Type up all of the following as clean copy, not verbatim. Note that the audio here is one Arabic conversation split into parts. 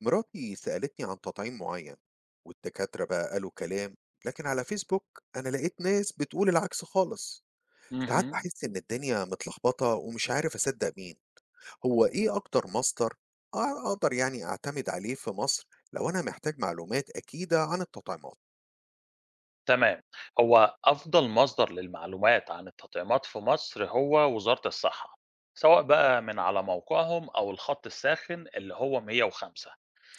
مراتي سألتني عن تطعيم معين، والدكاترة بقى قالوا كلام، لكن على فيسبوك أنا لقيت ناس بتقول العكس خالص. ساعات اهم، بحس إن الدنيا متلخبطة ومش عارف أصدق مين. هو إيه أكتر مصدر أقدر يعني أعتمد عليه في مصر لو أنا محتاج معلومات أكيدة عن التطعيمات؟ تمام. هو أفضل مصدر للمعلومات عن التطعيمات في مصر هو وزارة الصحة، سواء بقى من على موقعهم أو الخط الساخن اللي هو 105.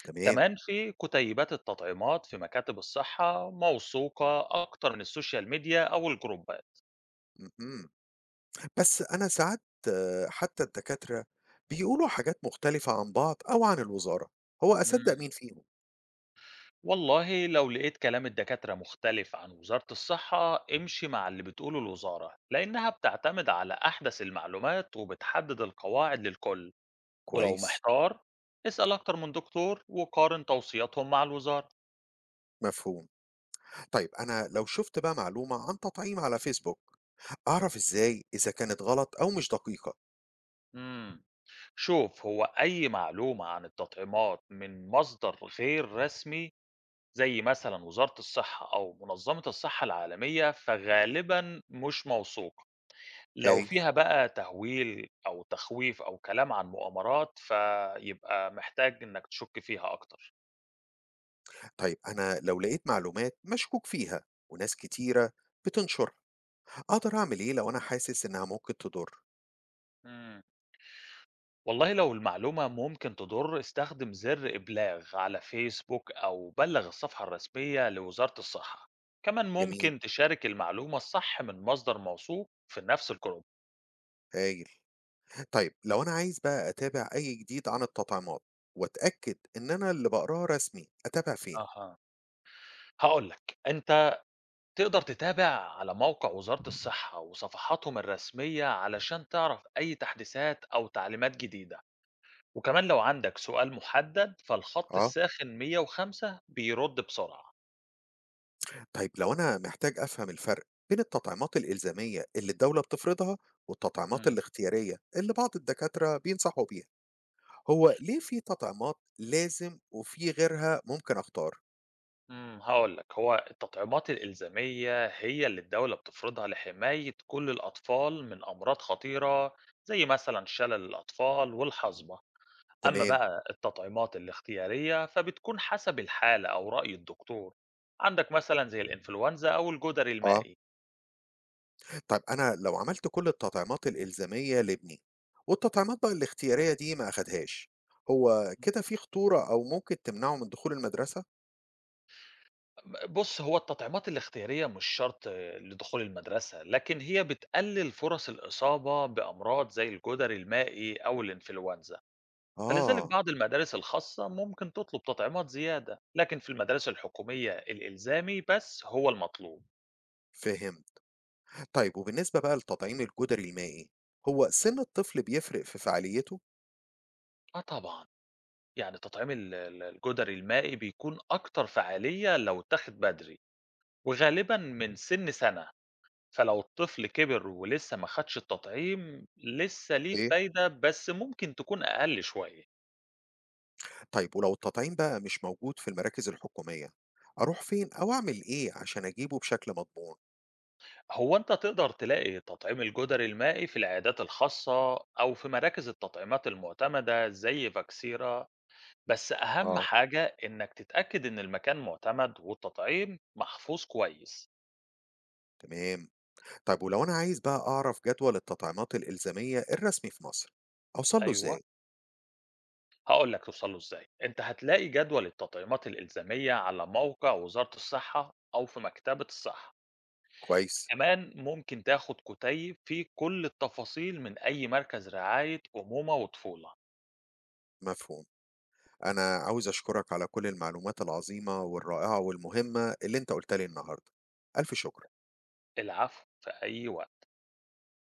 تمام. كمان في كتيبات التطعيمات في مكاتب الصحة موثوقة أكتر من السوشيال ميديا أو الجروبات. م-م. بس أنا ساعات، آه، حتى الدكاترة بيقولوا حاجات مختلفة عن بعض أو عن الوزارة، هو أصدق امم مين فيهم؟ والله لو لقيت كلام الدكاترة مختلف عن وزارة الصحة امشي مع اللي بتقوله الوزارة لأنها بتعتمد على أحدث المعلومات وبتحدد القواعد للكل. ولو كويس. محتار اسأل أكتر من دكتور وقارن توصياتهم مع الوزارة. مفهوم. طيب أنا لو شُفت بقى معلومة عن تطعيم على فيسبوك، أعرف إزاي إذا كانت غلط أو مش دقيقة؟ مم. شوف، هو أي معلومة عن التطعيمات من مصدر غير رسمي زي مثلا وزارة الصحة أو منظمة الصحة العالمية فغالبا مش موثوق. لو هاي. فيها بقى تهويل أو تخويف أو كلام عن مؤامرات فيبقى محتاج إنك تشك فيها أكتر. طيب أنا لو لقيت معلومات مشكوك فيها وناس كتيرة بتنشرها، أقدر أعمل إيه لو أنا حاسس إنها ممكن تضر؟ مم. والله لو المعلومة ممكن تضر استخدم زر إبلاغ على فيسبوك أو بلغ الصفحة الرسمية لوزارة الصحة. كمان جميل، ممكن تشارك المعلومة الصح من مصدر موثوق في نفس الجروب. هايل. طيب لو أنا عايز بقى أتابع أي جديد عن التطعيمات وأتأكد إن أنا اللي باقراه رسمي، أتابع فين؟ أها، هقولك أنت تقدر تتابع على موقع وزارة الصحة وصفحاتهم الرسمية علشان تعرف أي تحديثات أو تعليمات جديدة. وكمان لو عندك سؤال محدد فالخط آه، الساخن 105 بيرد بسرعة. طيب لو أنا محتاج أفهم الفرق بين التطعيمات الإلزامية اللي الدولة بتفرضها والتطعيمات مم. الاختيارية اللي بعض الدكاترة بينصحوا بيها. هو ليه في تطعيمات لازم وفي غيرها ممكن أختار؟ إمم، هاقول لك، هو التطعيمات الإلزامية هي اللي الدولة بتفرضها لحماية كل الأطفال من أمراض خطيرة زي مثلًا شلل الأطفال والحصبة، أما تمام. بقى التطعيمات الاختيارية فبتكون حسب الحالة أو رأي الدكتور، عندك مثلًا زي الإنفلونزا أو الجدري آه، المائي. طيب أنا لو عملت كل التطعيمات الإلزامية لابني والتطعيمات بقى الاختيارية دي ما أخدهاش، هو إمم. كده في خطورة أو ممكن تمنعه من دخول المدرسة؟ ب بُص، هو التطعيمات الاختيارية مش شرط لدخول المدرسة، لكن هي بتقلل فرص الإصابة بأمراض زي الجدري المائي أو الإنفلونزا. فلذلك آه. بعض المدارس الخاصة ممكن تطلب تطعيمات زيادة، لكن في المدارس الحكومية الإلزامي بس هو المطلوب. فهم. طيب وبالنسبة بقى للتطعيم الجدري المائي، هو سن الطفل بيفرق في فعاليته؟ آه طبعًا، يعني تطعيم الجدري المائي بيكون أكتر فعالية لو اتاخد بدري، وغالبًا من سن سنة، فلو الطفل كبر ولسه ما خدش التطعيم لسه ليه أوكي، فايدة بس ممكن تكون أقل شوية. طيب ولو التطعيم بقى مش موجود في المراكز الحكومية، أروح فين أو أعمل إيه عشان أجيبه بشكل مضمون؟ هو أنت تقدر تلاقي تطعيم الجدري المائي في العيادات الخاصة أو في مراكز التطعيمات المعتمدة زي فاكسيرا. بس أهم آه، حاجة إنك تتأكد إن المكان معتمد والتطعيم محفوظ كويس. تمام. طيب ولو أنا عايز بقى أعرف جدول التطعيمات الإلزامية الرسمي في مصر، أوصل له أيوه، إزاي؟ هقول لك توصله إزاي. أنت هتلاقي جدول التطعيمات الإلزامية على موقع وزارة الصحة أو في مكتبة الصحة. كويس. كمان ممكن تاخد كتيب فيه كل التفاصيل من أي مركز رعاية أمومة وطفولة. مفهوم. أنا عاوز أشكرك على كل المعلومات العظيمة والرائعة والمهمة اللي أنت قلتها لي النهاردة. ألف شكر. العفو، في أي وقت.